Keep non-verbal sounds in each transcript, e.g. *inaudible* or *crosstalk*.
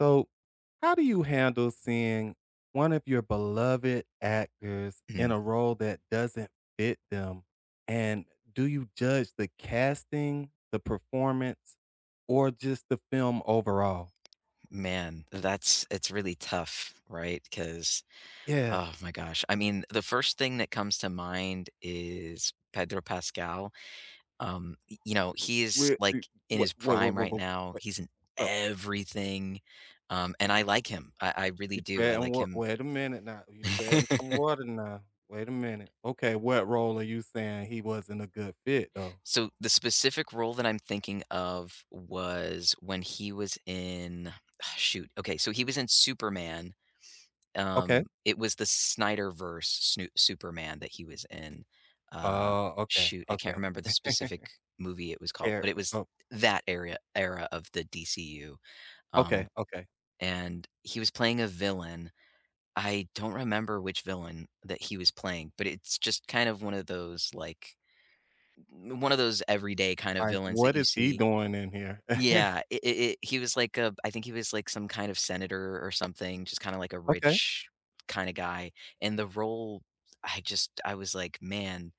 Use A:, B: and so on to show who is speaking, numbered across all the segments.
A: So, how do you handle seeing one of your beloved actors in
B: Mm,
A: a role that doesn't fit them? And do you judge the casting, the performance, or just the film overall?
B: man, that's it's really tough, right? Because
A: Yeah.
B: oh my gosh. I mean, the first thing that comes to mind is Pedro Pascal. He is,
A: Wait, wait,
B: like, in
A: wait,
B: his
A: wait,
B: prime
A: wait,
B: right
A: wait,
B: now.
A: wait.
B: He's in
A: So
B: everything, and I like him. I really
A: you
B: do. I
A: treading
B: like him.
A: wait a minute now. You treading some
B: *laughs*
A: water now. Wait a minute. Okay, what role are you saying he wasn't a good fit though?
B: So, the specific role that I'm thinking of was when he was in *sighs* shoot, okay, so he was in Superman.
A: Okay.
B: It was the Snyderverse Snoo Superman that he was in. Uh,
A: Okay,
B: Shoot, I can't
A: okay.
B: remember the specific movie it was
A: *laughs*
B: called, but it was
A: Character.
B: that area era of the DCU.
A: Okay,
B: Um,
A: okay.
B: and he was playing a villain. I don't remember which villain that he was playing, but it's just kind of one of those, like, one of those everyday kind of
A: Like,
B: villains that
A: what
B: you
A: is he
B: see.
A: doing in here? *laughs*
B: Yeah, it he was like a I think he was like some kind of senator or something, just kinda like a
A: Okay.
B: rich kinda guy, and the role, I just I was like, "Man,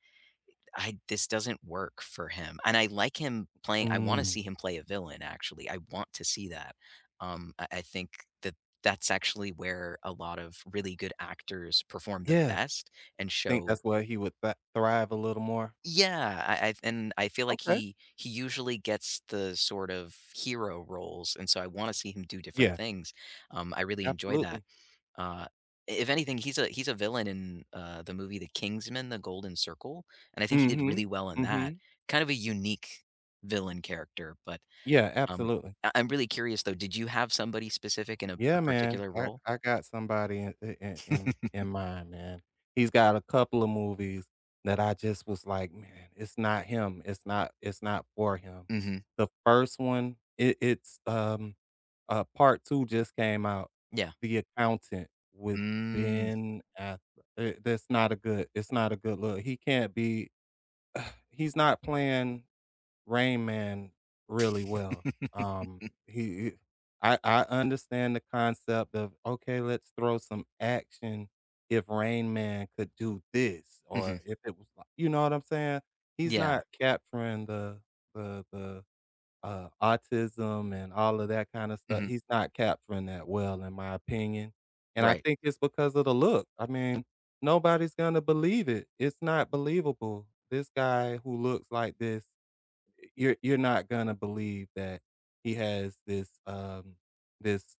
B: I this doesn't work for him," and I like him playing I wanna
A: Mm,
B: see him play a villain, actually, I want to see that. I think that that's actually where a lot of really good actors perform the
A: yeah.
B: best and
A: Think
B: show
A: that's where he would th thrive a little more?
B: yeah, I and I feel like
A: Okay.
B: he usually gets the sort of hero roles, and so I wanna see him do different
A: Yeah,
B: things. I really enjoy that.
A: absolutely.
B: Uh, if anything, he's a villain in, the movie The Kingsman: The Golden Circle, and I think he did really
A: Mhm,
B: well in that.
A: mhm.
B: Kind of a unique villain character, but,
A: Yeah,
B: um,
A: absolutely.
B: I'm really curious though, did you have somebody specific in a
A: Yeah, man.
B: particular
A: I
B: role?
A: I got somebody in in in
B: *laughs*
A: in mind, man. He's got a couple of movies that I just was like, "Man, it's not him. It's not for him."
B: Mhm.
A: The first one, it's part 2 just came out,
B: Yeah.
A: The Accountant with
B: Mm.
A: Ben Aff, that's not a good it's not a good look. He can't be He's not playing Rain Man really well.
B: *laughs*
A: Um, he I understand the concept of okay, let's throw some action if Rain Man could do this
B: Mhm.
A: or if it was like you know what I'm saying? He's
B: Yeah.
A: not capturing the autism and all of that kind of stuff.
B: Mhm.
A: He's not capturing that well in my opinion. And I
B: Right.
A: think it's because of the look. I mean, nobody's gonna believe it. It's not believable. This guy who looks like this, you're not gonna believe that he has this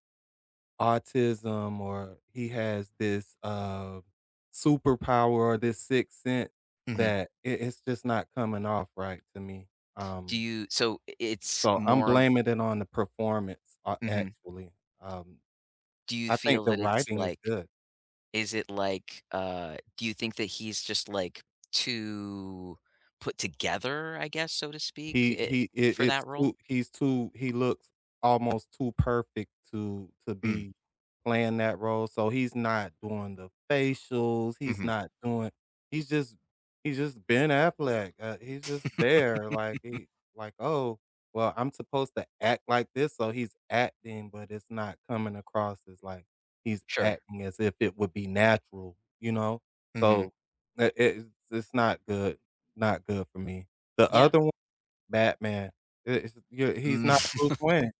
A: autism or he has this superpower or this sixth sense
B: Mhm.
A: that it's just not coming off right to me.
B: Do
A: Um
B: you so it's
A: so I'm
B: more of
A: blaming it on the performance,
B: mhm.
A: actually. Um
B: Do you
A: I think
B: feel
A: the
B: that it's
A: writing is
B: like
A: good.
B: is it like, do you think that he's just, like, too put together, I guess, so to speak, I for that role?
A: He's too, he looks almost too perfect to
B: Mm,
A: be playing that role, so he's not doing the facials, he's
B: mhm.
A: not doing he's just he's just Ben Affleck, he's just
B: *laughs*
A: there, like, he like, "Oh, well, I'm supposed to act like this," so he's acting, but it's not coming across as, like, he's
B: Sure.
A: acting as if it would be natural, you know?
B: Mhm.
A: So, it it's it's not good, not good for me. The
B: Yeah.
A: other one, Batman. It it's Yeah, he's
B: Mm.
A: not Bruce
B: *laughs*
A: Wayne,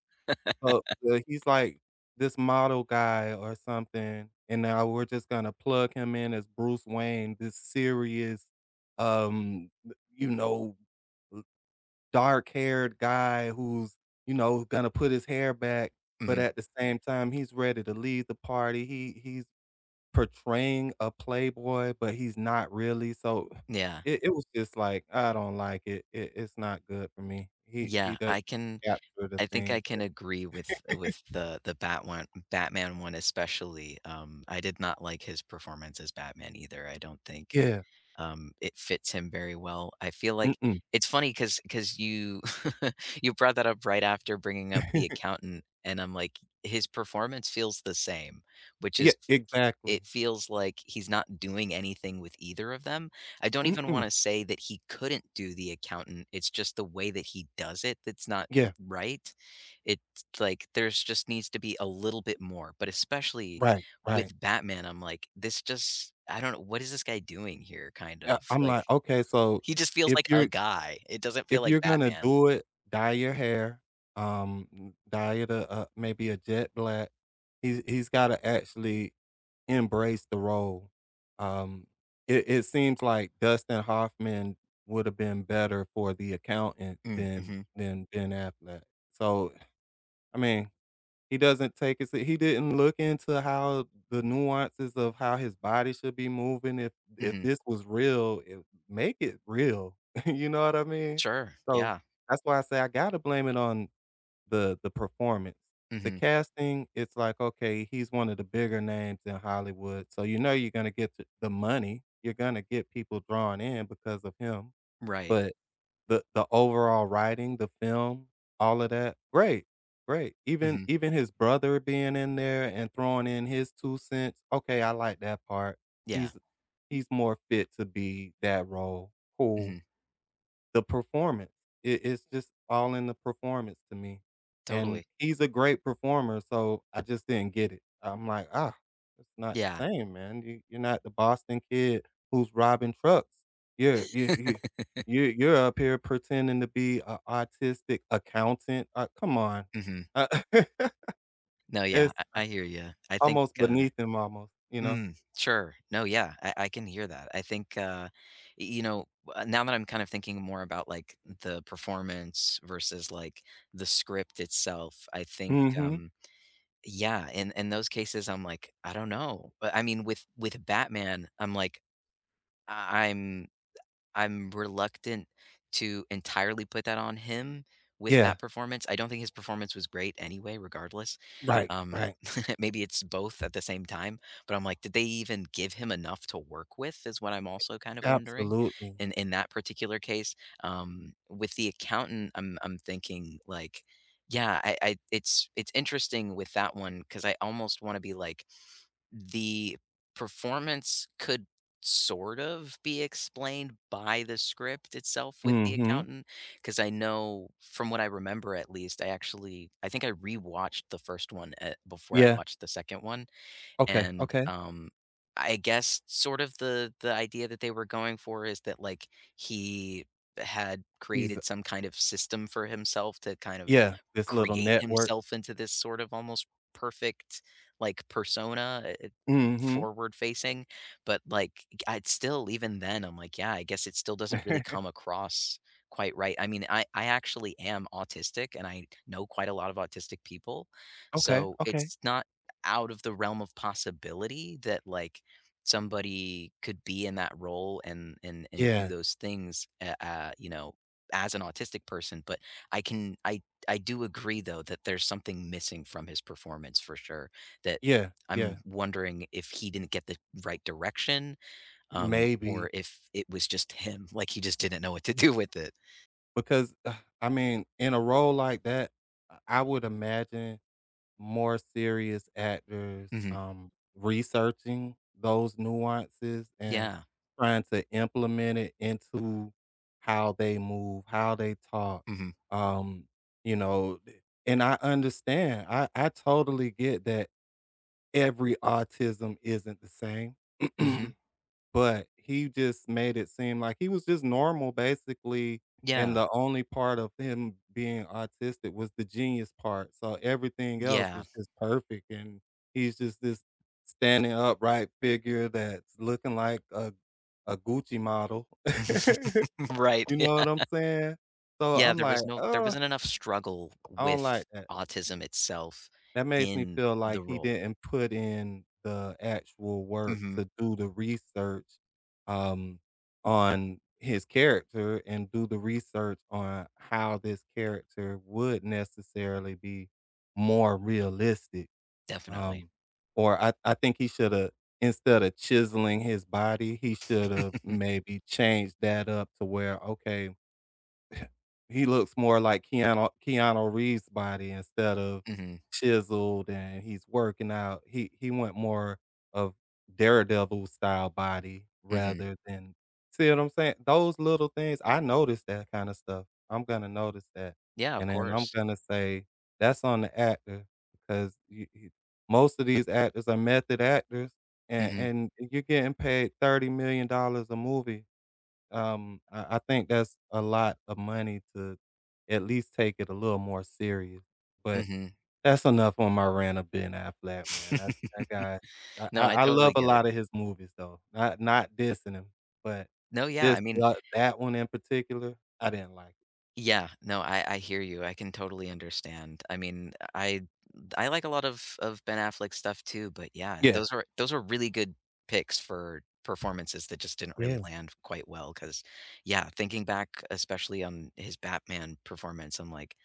A: but he's like this model guy or something, and now we're just gonna plug him in as Bruce Wayne, this serious, um, you know, dark-haired guy who's, you know, gonna put his hair back, but
B: Mhm.
A: at the same time, he's ready to lead the party. He's portraying a playboy, but he's not really, so
B: Yeah.
A: it was just like, I don't like it, it's not good for me. He
B: Yeah,
A: doesn't
B: I can
A: capture the
B: I think
A: things
B: I can
A: that—
B: agree with the Batman one especially, I did not like his performance as Batman either, I don't think
A: Yeah,
B: It fits him very well. I feel like
A: mm-mm.
B: it's funny because you *laughs* you brought that up right after bringing up the
A: *laughs*
B: accountant, and I'm like, his performance feels the same, which
A: Yeah,
B: is
A: exactly.
B: it feels like he's not doing anything with either of them. I don't even
A: Mm-mm.
B: wanna say that he couldn't do the accountant, it's just the way that he does it that's not
A: Yeah,
B: right. It's like there's just needs to be a little bit more, but especially
A: right, right.
B: with Batman, I'm like, this just I don't know, what is this guy doing here kind of?
A: Yeah, I'm
B: Like,
A: like, "Okay, so
B: he just feels
A: if
B: like a
A: you're
B: guy. It doesn't feel
A: if
B: like
A: you're gonna
B: Batman.
A: do it, dye your hair, dye it a maybe a jet black." He's gotta actually embraced the role. Um, it, it seems like Dustin Hoffman would have been better for the accountant
B: Mm,
A: than
B: mhm,
A: Ben Affleck. So I mean, he doesn't take it. He didn't look into how the nuances of how his body should be moving. If
B: mhm.
A: this was real, make it real. *laughs* You know what I mean?
B: Sure,
A: So
B: yeah,
A: that's why I say I gotta blame it on the performance. The
B: mhm,
A: casting, it's like, okay, he's one of the bigger names in Hollywood, so you know you're gonna get th the money, you're gonna get people drawn in because of him,
B: right,
A: but the overall writing, the film, all of that, great, great.
B: mhm,
A: Even his brother being in there and throwing in his 2 cents, okay, I like that part.
B: yeah,
A: He's he's more fit to be that role, cool.
B: mhm,
A: The performance, it's just all in the performance to me, and
B: totally,
A: he's a great performer, so I just didn't get it. I'm like, "Ah, it's not the
B: yeah,
A: same, man. You're not the Boston kid who's robbing trucks. You're you you you you're up here pretending to be an autistic accountant. Come on."
B: mhm.
A: Uh,
B: No,
A: *laughs*
B: yeah,
A: it's
B: I hear you. I think,
A: almost
B: uh.
A: beneath him almost, you know?
B: Mm, sure. No, yeah, I can hear that. I think, y you know, now that I'm kind of thinking more about, like, the performance versus, like, the script itself, I think,
A: Mhm.
B: yeah, in those cases, I'm like, "I don't know." But, I mean, with Batman, I'm like, I'm I'm reluctant to entirely put that on him with
A: Yeah.
B: that performance. I don't think his performance was great anyway, regardless.
A: Right,
B: Um,
A: right.
B: *laughs* maybe it's both at the same time, but I'm like, did they even give him enough to work with? Is what I'm also kind of wondering.
A: Absolutely.
B: In that particular case, with the accountant, I'm thinking like, yeah, I it's interesting with that one because I almost want to be like the performance could sort of be explained by the script itself with the
A: Mhm.
B: accountant, because I know from what I remember, at least, I actually I think I rewatched the first one, before I
A: Yeah.
B: watched the second one,
A: Okay,
B: and
A: okay.
B: I guess sort of the idea that they were going for is that like he had
A: He's—
B: created some kind of system for himself to kind of
A: Yeah, this little
B: create
A: network.
B: himself into this sort of almost perfect like persona
A: Mhm.
B: forward facing but like I'd still even then I'm like yeah I guess it still doesn't really come
A: *laughs*
B: across quite right. I mean, I actually am autistic and I know quite a lot of autistic people,
A: Okay,
B: so
A: okay.
B: it's not out of the realm of possibility that like somebody could be in that role and and do
A: Yeah,
B: those things you know as an autistic person but I can I do agree though that there's something missing from his performance for sure that
A: yeah,
B: I'm
A: yeah.
B: wondering if he didn't get the right direction,
A: Maybe
B: or if it was just him *laughs* like he just didn't know what to do with it.
A: because, I mean, in a role like that, I would imagine more serious actors,
B: Hmm,
A: researching those nuances and
B: yeah.
A: trying to implement it into how they move, how they talk,
B: Hmm.
A: um, you know, and I understand. I totally get that every autism isn't the same,
B: Hmm.
A: *clears throat* but he just made it seem like he was just normal basically, and
B: Yeah.
A: the only part of him being autistic was the genius part, so everything else
B: Yeah.
A: was just perfect, and he's just this standing upright figure that's looking like a Gucci model. *laughs*
B: *laughs* Right.
A: You know what I'm saying? So
B: Yeah,
A: I'm
B: there
A: like,
B: was no there
A: oh,
B: wasn't enough struggle
A: I don't
B: with
A: like that."
B: autism itself
A: That makes me
B: in
A: feel
B: the
A: like he
B: role.
A: didn't put in the actual work
B: Mhm.
A: to do the research, um, on his character and do the research on how this character would necessarily be more realistic,
B: Definitely.
A: um, or I think he shoulda, instead of chiseling his body, he shoulda
B: *laughs*
A: maybe changed that up to where, okay, he looks more like Keanu Reeves' body instead of
B: Mhm.
A: chiseled and he's working out. He went more of Daredevil style body
B: Mhm.
A: rather than— see what I'm saying? Those little things, I notice that kinda stuff. I'm gonna notice that,
B: Yeah, of
A: and then I'm
B: course.
A: gonna say, "That's on the actor," because you most of these actors are method actors,
B: Mhm.
A: and you're getting paid $30,000,000 a movie. I think that's a lot of money to at least take it a little more serious. But
B: Mhm.
A: that's enough on my rant of Ben Affleck, man. I
B: *laughs*
A: that guy,
B: No, I
A: I love
B: totally
A: a
B: get it.
A: lot of his movies though. Not not dissing him, but
B: No, yeah, I
A: just
B: mean
A: that one in particular, I didn't like it.
B: yeah, no, I hear you. I can totally understand. I mean, I like a lot of Ben Affleck stuff too, but yeah,
A: Yeah,
B: those were really good picks for performances that just didn't really
A: Yeah,
B: land quite well. Because, yeah, thinking back especially on his Batman performance, I'm like,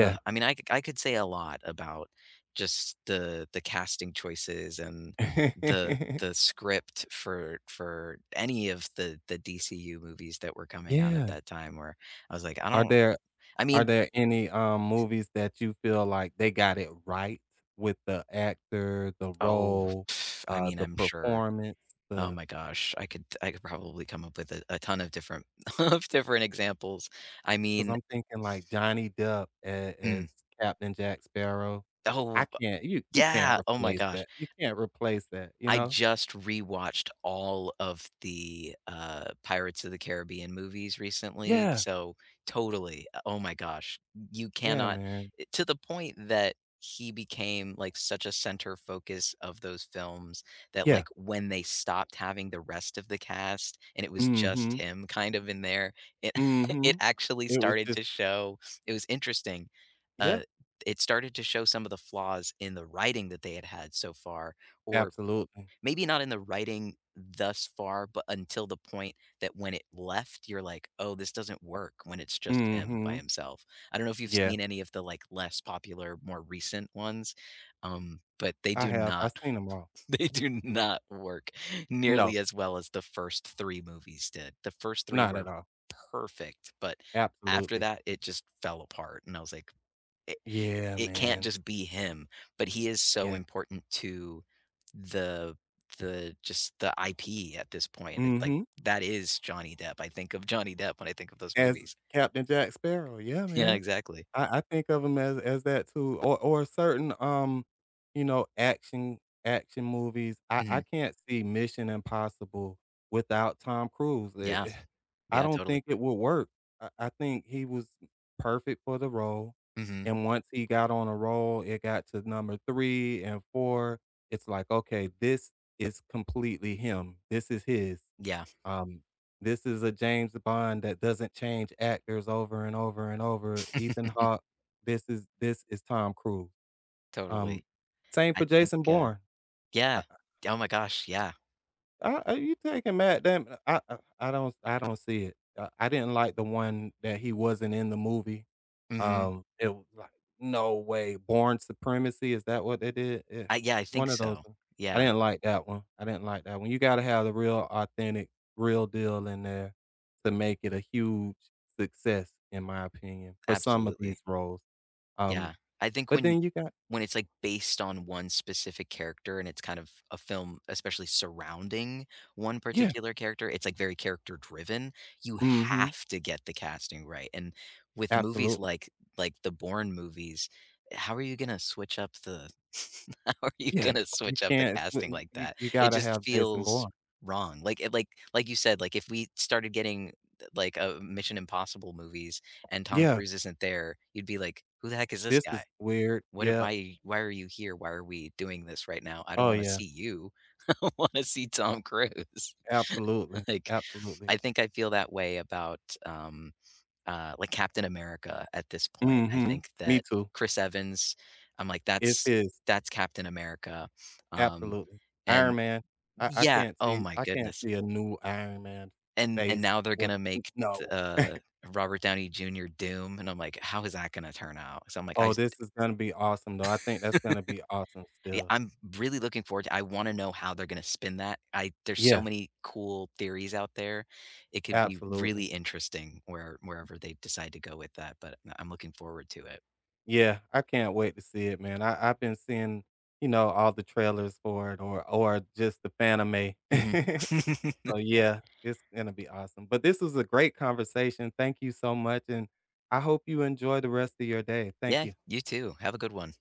B: ugh. I mean, I could say a lot about just the casting choices and the
A: *laughs*
B: script for any of the DCU movies that were coming out at
A: Yeah.
B: that time where I was like, I
A: Are
B: don't
A: there—
B: I
A: Are
B: mean,
A: there any, movies that you feel like they got it right with the actor, the
B: oh,
A: role,
B: *sighs* pff, I mean,
A: the
B: I'm sure
A: performance,
B: Oh
A: the?
B: my gosh, I could probably come up with a, ton of different *laughs* of different examples. I
A: Because 'cause
B: mean,
A: I'm thinking like Johnny Depp a
B: mm,
A: as Captain Jack Sparrow.
B: oh
A: I can't, you can't
B: yeah, oh my
A: replace
B: gosh.
A: that. You can't replace that, you
B: I
A: know?
B: just rewatched all of the, Pirates of the Caribbean movies recently,
A: Yeah.
B: so totally. Oh my gosh, you
A: Yeah,
B: cannot
A: man.
B: eh, to the point that he became, like, such a center focus of those films that, like,
A: Yeah.
B: when they stopped having the rest of the cast and it was
A: Mm,
B: just
A: mhm.
B: him kind of in there, it
A: Mm,
B: *laughs* it
A: mhm.
B: actually
A: It was
B: started
A: just—
B: to show it was interesting. Uh,
A: yeah,
B: it started to show some of the flaws in the writing that they had had so far or
A: absolutely.
B: Maybe not in the writing thus far, but until the point that when it left, you're like, "Oh, this doesn't work," when it's
A: Mm,
B: just him by
A: mhm.
B: himself. I don't know if you've
A: Yeah.
B: seen any of the, like, less popular, more recent ones, but they
A: I
B: do
A: have. I've
B: not
A: seen them all.
B: *laughs* they do not work nearly
A: No,
B: as well as the first 3 movies did. The first 3
A: not
B: were
A: at all.
B: perfect, but after
A: Absolutely.
B: that, it just fell apart, and I was like,
A: Yeah,
B: it can't
A: man.
B: just be him, but he is so
A: Yeah.
B: important to the the just the IP at this point.
A: Mm,
B: It's like
A: mhm.
B: that is Johnny Depp. I think of Johnny Depp when I think of those
A: As
B: movies.
A: Captain Jack Sparrow. Yeah,
B: Yeah,
A: man.
B: exactly.
A: I think of him as that too, or certain, you know, action movies. I
B: Mhm.
A: can't see Mission Impossible without Tom Cruise.
B: Yeah.
A: I
B: Yeah,
A: don't
B: totally.
A: think it would work. I think he was perfect for the role,
B: Mhm.
A: and once he got on a roll, it got to number 3 and 4. It's like, "Okay, this is completely him. This is his."
B: Yeah.
A: Um, this is a James Bond that doesn't change actors over and over and over. Ethan
B: *laughs*
A: Hawke, this is Tom Cruise.
B: Totally.
A: Um, same
B: I
A: for
B: think,
A: Jason Bourne.
B: yeah. Oh my gosh, yeah.
A: I, you taking Matt Damon, I don't see it. I didn't like the one that he wasn't in the movie.
B: Mhm.
A: It was like, "No way, Born Supremacy," is that what they did? Yeah,
B: I yeah, I think
A: one of those.
B: so.
A: I
B: Yeah,
A: didn't like that one. I didn't like that one. You gotta have the real authentic, real deal in there to make it a huge success, in my opinion, for some of
B: absolutely.
A: these roles.
B: Yeah.
A: Um,
B: I think
A: but then you got—
B: when it's, like, based on one specific character and it's kind of a film, especially surrounding one
A: Yeah.
B: particular character, it's, like, very character driven. You
A: Mm, mhm.
B: have to get the casting right, and with movies
A: Absolutely.
B: like the Bourne movies, how are you gonna switch up the *laughs* how are you
A: Yeah.
B: gonna
A: You
B: switch up the
A: can't,
B: casting like that?
A: you
B: It
A: gotta have
B: just
A: Jason
B: feels
A: Bourne.
B: wrong. Like, it like you said, like, if we started getting, like, a Mission Impossible movies and Tom
A: Yeah,
B: Cruise isn't there, you'd be like, "Who the heck is this
A: this
B: guy?
A: is weird.
B: What
A: Yeah.
B: why are you here? Why are we doing this right now? I don't
A: Oh,
B: wanna
A: yeah.
B: see you. *laughs* I wanna see Tom Cruise." *laughs*
A: Absolutely,
B: Like,
A: absolutely.
B: I think I feel that way about, um, like, Captain America at this point. I
A: Mhm.
B: think
A: Me
B: that
A: too.
B: Chris Evans, I'm like,
A: It's his.
B: That's Captain America." Um,
A: Absolutely.
B: and
A: Iron Man. I
B: Yeah,
A: can't
B: oh
A: see,
B: my
A: I can't
B: goodness.
A: see a new Iron Man
B: And
A: face
B: now they're
A: with—
B: gonna make,
A: no.
B: uh, Robert Downey Jr. Doom, and I'm like, "How is that gonna turn out?" So I'm like, "I
A: Oh, this is gonna be awesome, though. I think that's gonna be awesome
B: Yeah,
A: still.
B: I'm really looking forward to I wanna know how they're gonna spin that. I there's so
A: Yeah,
B: many cool theories out there. It could be really
A: absolutely.
B: interesting where wherever they decide to go with that, but I'm looking forward to it.
A: Yeah, I can't wait to see it, man. I've been seeing, you know, all the trailers for it or just the fanime.
B: Mhm.
A: *laughs*
B: *laughs*
A: So, yeah, it's gonna be awesome. But this was a great conversation. Thank you so much, and I hope you enjoy the rest of your day. Thank
B: Yeah,
A: you.
B: you too. Have a good one.